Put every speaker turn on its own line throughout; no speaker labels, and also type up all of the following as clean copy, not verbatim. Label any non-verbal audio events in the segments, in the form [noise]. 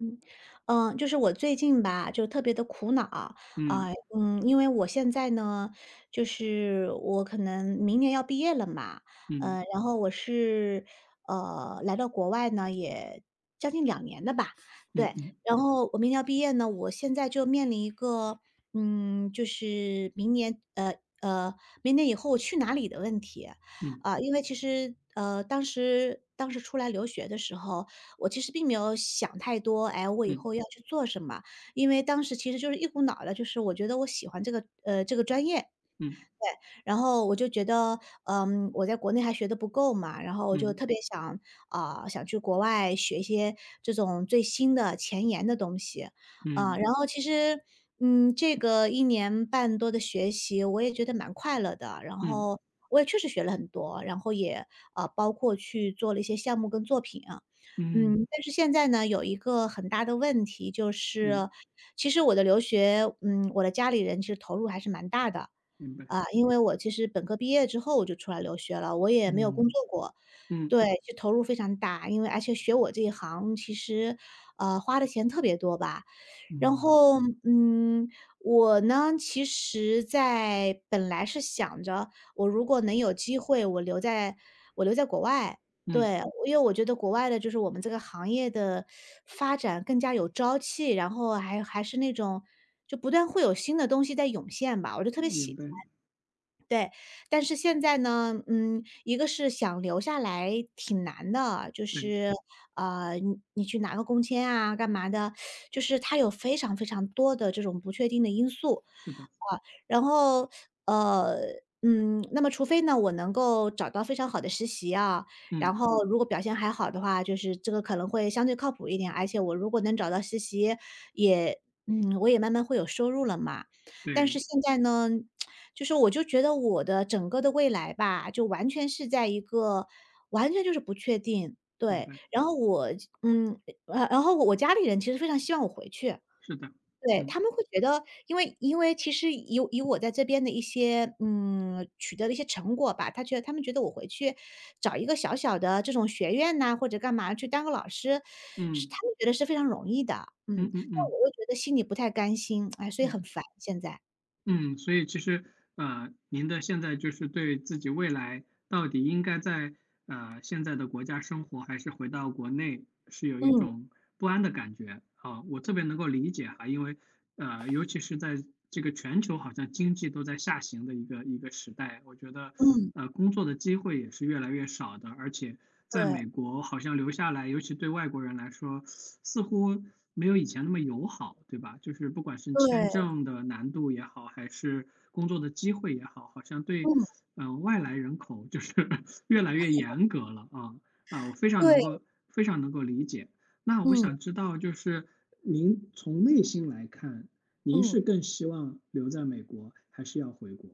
嗯，就是我最近吧，就特别的苦恼。
嗯
因为我现在呢，就是我可能明年要毕业了嘛。
嗯
然后我是，来到国外呢，也将近两年了吧，
嗯
对。
嗯
然后我明年要毕业呢，我现在就面临一个，嗯，就是明年呃，呃，明年以后我去哪里的问题。
嗯
啊，因为其实，当时出来留学的时候，我其实并没有想太多。哎，我以
嗯
后要去做什么？因为当时其实就是一股脑的，就是我觉得我喜欢这个专业，
嗯
然后我就觉得，嗯，我在国内还学的不够嘛，然后我就
嗯
特别想，啊、想去国外学一些这种最新的前沿的东西。啊、
嗯
然后其实，嗯，这个一年半多的学习，我也觉得蛮快乐的，然
嗯
后我也确实学了很多，然后也啊，包括去做了一些项目跟作品啊。嗯，
嗯
但是现在呢，有一个很大的问题就是，
嗯，
其实我的留学，嗯，我的家里人其实投入还是蛮大的。
明白。
啊，因为我其实本科毕业之后我就出来留学了，我也没有工
嗯
作过。
嗯
对，就投入非常大，因为而且学我这一行其实，花的钱特别多吧。然
嗯
后，嗯，我呢，其实在本来是想着，我如果能有机会，我留在国外，
嗯，
对，因为我觉得国外的就是我们这个行业的发展更加有朝气，然后还是那种就不断会有新的东西在涌现吧，我就特别
明
喜
白。
对。但是现在呢，嗯，一个是想留下来挺难的，就
对，
是，呃，你去拿个工签啊，干嘛的，就是它有非常非常多的这种不确定的因素。
是的。
啊，然后，呃，那么除非呢，我能够找到非常好的实习啊，然
嗯，
后如果表现还好的话，就是这个可能会相对靠谱一点，而且我如果能找到实习，也嗯，我也慢慢会有收入了嘛。但是
对，
现在呢，就是我就觉得我的整个的未来吧，就完全是在一个完全就是不确定，
明
对。
白。
然后我嗯，然后我家里人其实非常希望我回去。
是的。
对，他
嗯
们会觉得，因为其实以我在这边的一些，嗯，取得的一些成果吧，他们觉得我回去找一个小小的这种学院呐，或者干嘛去当个老师，是他
嗯
们觉得是非常容易的。嗯，
嗯嗯
但
嗯，
我又觉得心里不太甘心，哎，所以
对。
很烦现在。
嗯，所以其实，您的现在就是对自己未来到底应该在现在的国家生活，还是回到国内，是有一
嗯，
种不安的感觉啊，我特别能够理解哈，因为尤其是在这个全球好像经济都在下行的一个一个时代，我觉得
嗯，
工作的机会也是越来越少的，而且在
对，
美国好像留下来，尤其对外国人来说，似乎没有以前那么友好，对吧？就是不管是签
对，
证的难度也好，还是工作的机会也好，好像对，
嗯，
外来人口就是 [laughs] 越来越严格了啊啊！我非常
对，
能够非常能够理解。那我
嗯，
想知道，就是您从内心来看，您是
嗯。
更希望留在美国，还是要回国？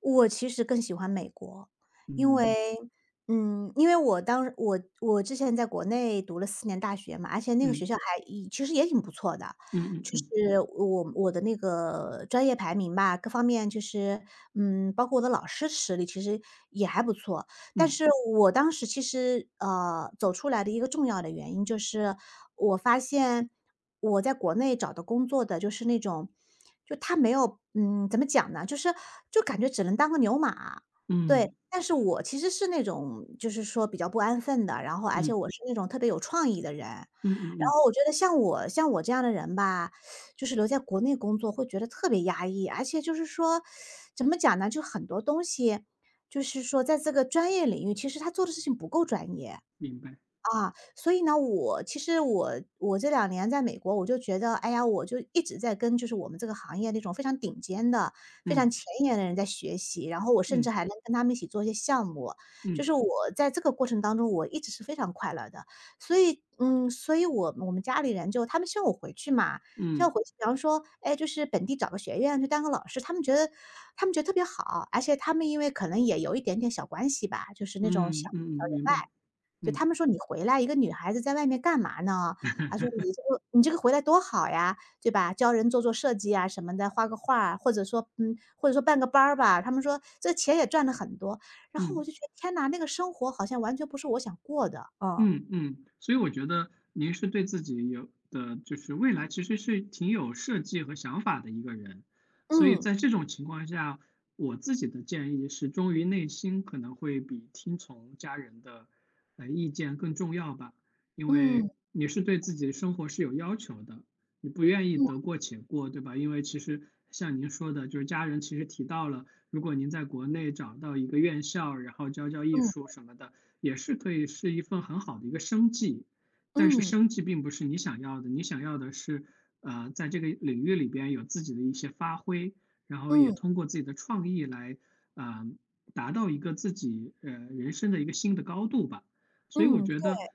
我其实更喜欢美国，因嗯
嗯
为嗯，因为我当我我之前在国内读了四年大学嘛，而且那个
嗯
学校还也其实也挺不错的，
嗯嗯
就
嗯
是我的那个专业排名吧，各方面就是嗯，包括我的老师实力其实也还不错。但
嗯
是我当时其实，呃，走出来的一个重要的原因就是，我发现我在国内找的工作的就是那种，就他没有，嗯，怎么讲呢？就是就感觉只能当个牛马，对。
嗯
但是我其实是那种就是说比较不安分的，
嗯嗯
然后而
嗯嗯
且我
嗯。
是那种特别有创意的人。
嗯
然
嗯
后我觉得像我这样的人吧，就是留在国内工作会觉得特别压抑，而且就是说，怎么讲呢？就很多东西就是说在这个专业领域，其实他做的事情不够专业。
明白，
啊，所以呢，我其实我这两年在美国，我就觉得，哎呀，我就一直在跟就是我们这个行业那种非常顶尖的、非常
嗯
前沿的人在学习，然后我甚至
嗯
还能跟他们一起做一些项目，就是
嗯
我在这个过程当中，我一直是非常快乐的。所以嗯，所以我们家里人就他们希望我回去嘛，希望
嗯
回去，比方说，哎，就是本地找个学院去当个老师，他们觉得特别好，而且他们因为可能也有一点点小关系吧，就是那种小
嗯嗯嗯，明白，
就他
嗯
们说："你回来一个女孩子在外面干嘛呢？"他说："你
[laughs]
这个你这个回来多好呀，对吧？教人做做设计啊什么的，画个画或者说嗯，或者说办个班儿吧。"他们说："这钱也赚了很多。"然后我
嗯。
就觉得天哪，那个生活好像完全不是我想过的，啊。
嗯嗯，所以我觉得您是对自己有的就是未来其实是挺有设计和想法的一个人，所以
嗯，
在这种情况下，我自己的建议是忠于内心可能会比听从家人的意见更重要吧，因
嗯，
为你是对自己的生活是有要求的，你不愿意得
嗯
过且过，对吧？因为其实像您说的，就是家人其实提到了，如果您在国内找到一个院校，然后教教艺术
嗯
什么的。也是可以是一份很好的一个生计，但是
嗯
生计并不是你想要的，你想要的是，在这个领域里边有自己的一些发挥，然后
嗯
也
嗯
通过自己的创意来，啊、达到一个自己人生的一个新的高度吧。所以我
嗯，
觉得，
对，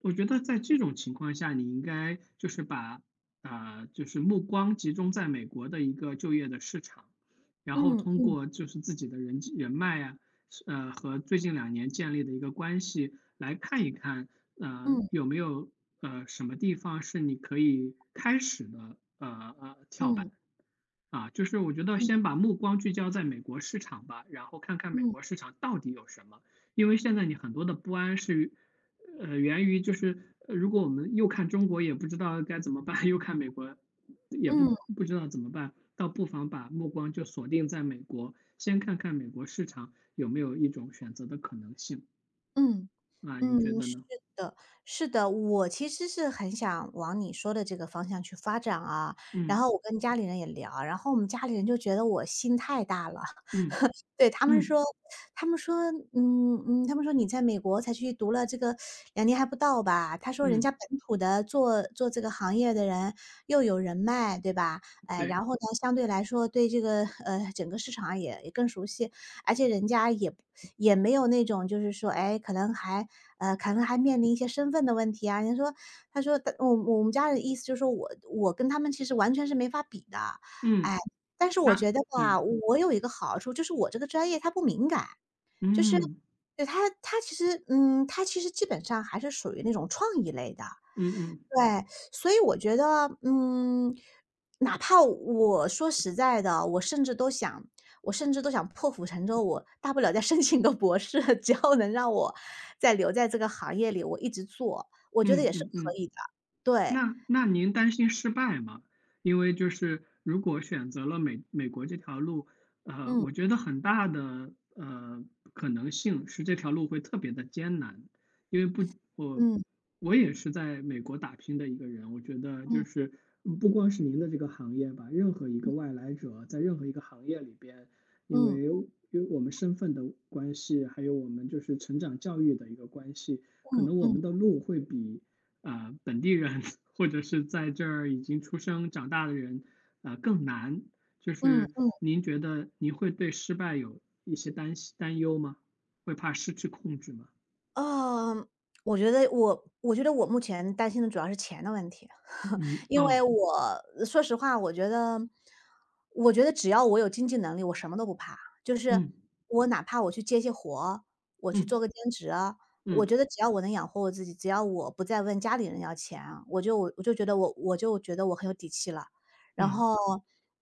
我觉得在这种情况下，你应该就是把就是目光集中在美国的一个就业的市场。然后
嗯
通
嗯
过就是自己的人际人脉啊，和最近2年建立的一个关系，来看一看，
嗯
有没有什么地方是你可以开始的跳板。
嗯
啊，就是我觉得
嗯
先把目光聚焦在美国市场吧，然后看看美
嗯嗯
国市场到底有什么。因为现在你很多的不安是，源于就是如果我们又看中国也不知道该怎么办，[laughs] 又看美国
嗯嗯嗯嗯
也
嗯嗯
不
嗯嗯
不知道怎么办，倒不妨把目光就锁定在美国，先看看美国市场。有没有一种选择的可能性
嗯
啊？你
嗯，
觉得
是
呢？
的，是的，我其实是很想往你说的这个方向去发展啊。然
嗯
后我跟家里人也聊，然后我们家里人就觉得我心太大了。
嗯
对，他们
嗯
说他们说，嗯嗯，他们说："你在美国才去读了这个两年还不到吧？"他说："人家
嗯，
本土的做做这个行业的人又有人脉，对吧？哎，
对，
然后呢，相对来说对这个，呃，整个市场也更熟悉，而且人家也不也没有那种就是说，哎，可能还面临一些身份的问题啊。"人家说他说：“我们家人的意思就是说我跟他们其实完全是没法比的。"哎。
嗯，
但是我
那
觉得
嗯
吧，我有一个好处，就是我这个专业它不敏感，就是
嗯
对，它其实嗯，它其实基本上还是属于那种创意类的。
嗯嗯嗯嗯
对，所以我觉得，嗯，哪怕我说实在的，我甚至都想破釜沉舟，我大不了再申请个博士，[laughs] 只要能让我再留在这个行业里，我一直做，我觉得
嗯嗯嗯
也是
嗯
可
嗯
以的。对，
那您担心失败吗？因为就是如果选择了美国这条路，
嗯，
我觉得很大的可能性是这条路会特别的艰难，因为不，我
嗯，
我也是在美国打拼的一个人，我觉得
嗯，
就是不光是您的这个行业吧，任何一
嗯，
个外来者在任何一个行业里边，因
嗯，
为因为我们身份的关系，还有我们就是成长教育的一个关系，可
嗯，
能我
嗯，
们的路会比。本地人或者是在这儿已经出生长大的人，更难。就
嗯
是
嗯。
您觉得您会对失败有一些担心担忧吗？会怕失去控制吗？
嗯，我觉得我目前担心的主要是钱的问题，
嗯，
因为
哦，
我说实话，我觉得只要我有经济能力，我什么都不怕。就是
嗯
我哪怕我去接些活儿，我去做
嗯
个兼职啊，我觉
嗯
得只要我能养活我自己，只要我不再问家里人要钱啊，我就觉得我很有底气了。然
嗯
后，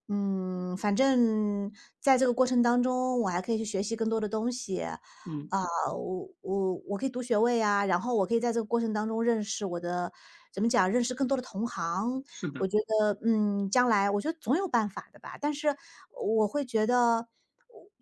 嗯，反正在这个过程当中，我还可以去学习更多的东西。啊，
嗯，
我可以读学位啊，然后我可以在这个过程当中认识我的怎么讲，认识更多的同行。
是
我
的，
觉得，嗯，将来我觉得总有办法的吧。但是我会觉得，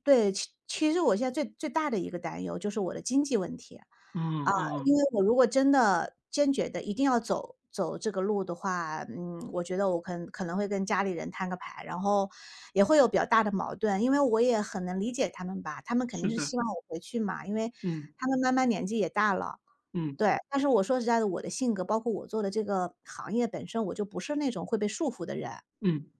对，其实我现在最大的一个担忧就是我的经济问题。
嗯嗯
因
嗯，
为我如果真的坚决的一定要走这个路的话，嗯，我觉得我可能会跟家里人摊个牌，然后也会有比较大的矛盾。因为我也很能理解他们吧，他们肯定
是
是
的，
希望我回去嘛，因为
嗯
他们慢慢年纪也大了。
嗯
对，但是我说实在的，我的性格，包括我做的这个行业本身，我就不是那种会被束缚的人。
嗯，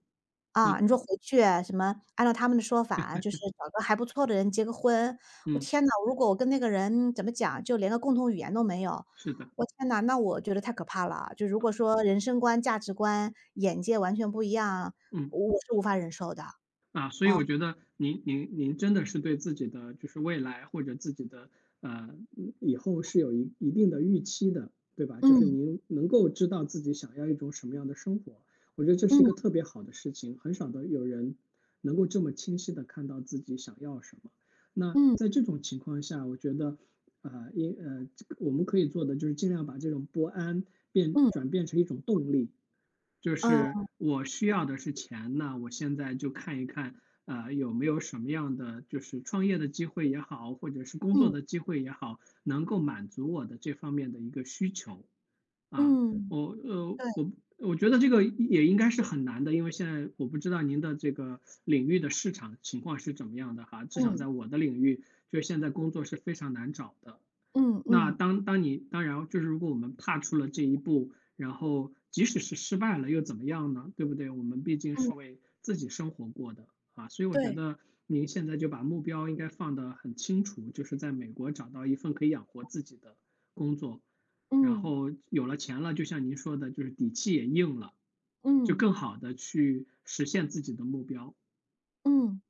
啊，
我
你说回去什么按照他们的说法，就是找个还不错的人结个婚。我
嗯
天呐，如果我跟那个人怎么讲，就连个共同语言都没有，
是的，
我天呐，那我觉得太可怕了。就如果说人生观、价值观、眼界完全不一样，
嗯。
我是无法忍受的。啊，
啊，所以我觉得您真的是对自己的就是未来或者自己的呃以后是有一定的预期的，对吧？就是
嗯，
您能够知道自己想要一种什么样的生活，我觉得这是一
嗯，
个特别好的事情，很少的有人能够这么清晰的看到自己想要什么。那
嗯，
在这种情况下，我觉得呃，因呃，我们可以做的就是尽量把这种不安变
嗯，
转变成一种动力，就是
嗯，
我需要的是钱呢，那我现在就看一看，有没有什么样的就是创业的机会也好，或者是工作
嗯，
的机会也好，能够满足我的这方面的一个需求。啊，
嗯，
我呃，
对，
我我觉得这个也应该是很难的，因为现在我不知道您的这个领域的市场情况是怎么样的哈，至少
嗯，
在我的领域，就是现在工作是非常难找的。
嗯，
那
嗯，
当然就是如果我们踏出了这一步，然后即使是失败了又怎么样呢？对不对？我们毕竟
嗯，
是为自己生活过的啊，所以我觉
对，
得您现在就把目标应该放得很清楚，就是在美国找到一份可以养活自己的工作，然
嗯，
后有了钱了，就像您说的，就是底气也硬了，就
嗯，
更好的去实现自己的目标。
嗯。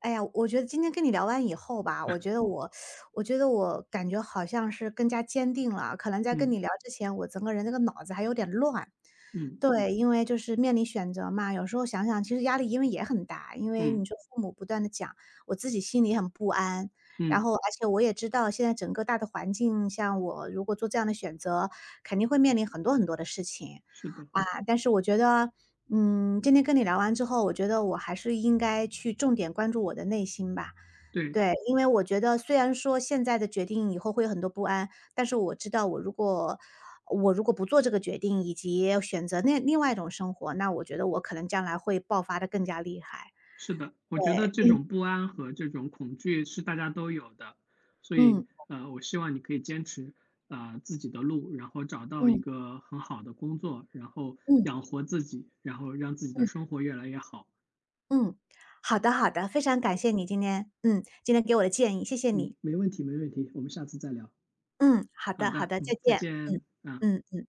哎呀，我觉得今天跟你聊完以后吧，我觉得我感觉好像是更加坚定了啊。可能在跟你
嗯
聊之前，我整个人那个脑子还有点乱。
嗯
对，因为就是面临选择嘛，有时候想想，其实压力因为也很大，因为你
嗯
说父母不断的讲，我自己心里很不安。然
嗯，
后，而且我也知道，现在整个大的环境，像我如果做这样的选择，肯定会面临很多很多的事情。
是的，
啊，但是我觉得，嗯，今天跟你聊完之后，我觉得我还是应该去重点关注我的内心吧。
对。
对，因为我觉得虽然说现在的决定以后会有很多不安，但是我知道我如果不做这个决定，以及选择那另外一种生活，那我觉得我可能将来会爆发的更加厉害。
是的，我觉得这
对，
种不安和这种恐惧是大家都有的，所以
嗯
我希望你可以坚持自己的路，然后找到一
嗯
个很好的工作，然后
嗯
养活自己，然后让自己的
嗯
生活越来越好。
嗯，好的好的，非常感谢你今天，嗯，今天给我的建议，谢谢你。
嗯，没问题，没问题，我们下次再聊。
嗯，好
好
的好
的，
的，再
嗯，再
见。
见，啊。
嗯嗯。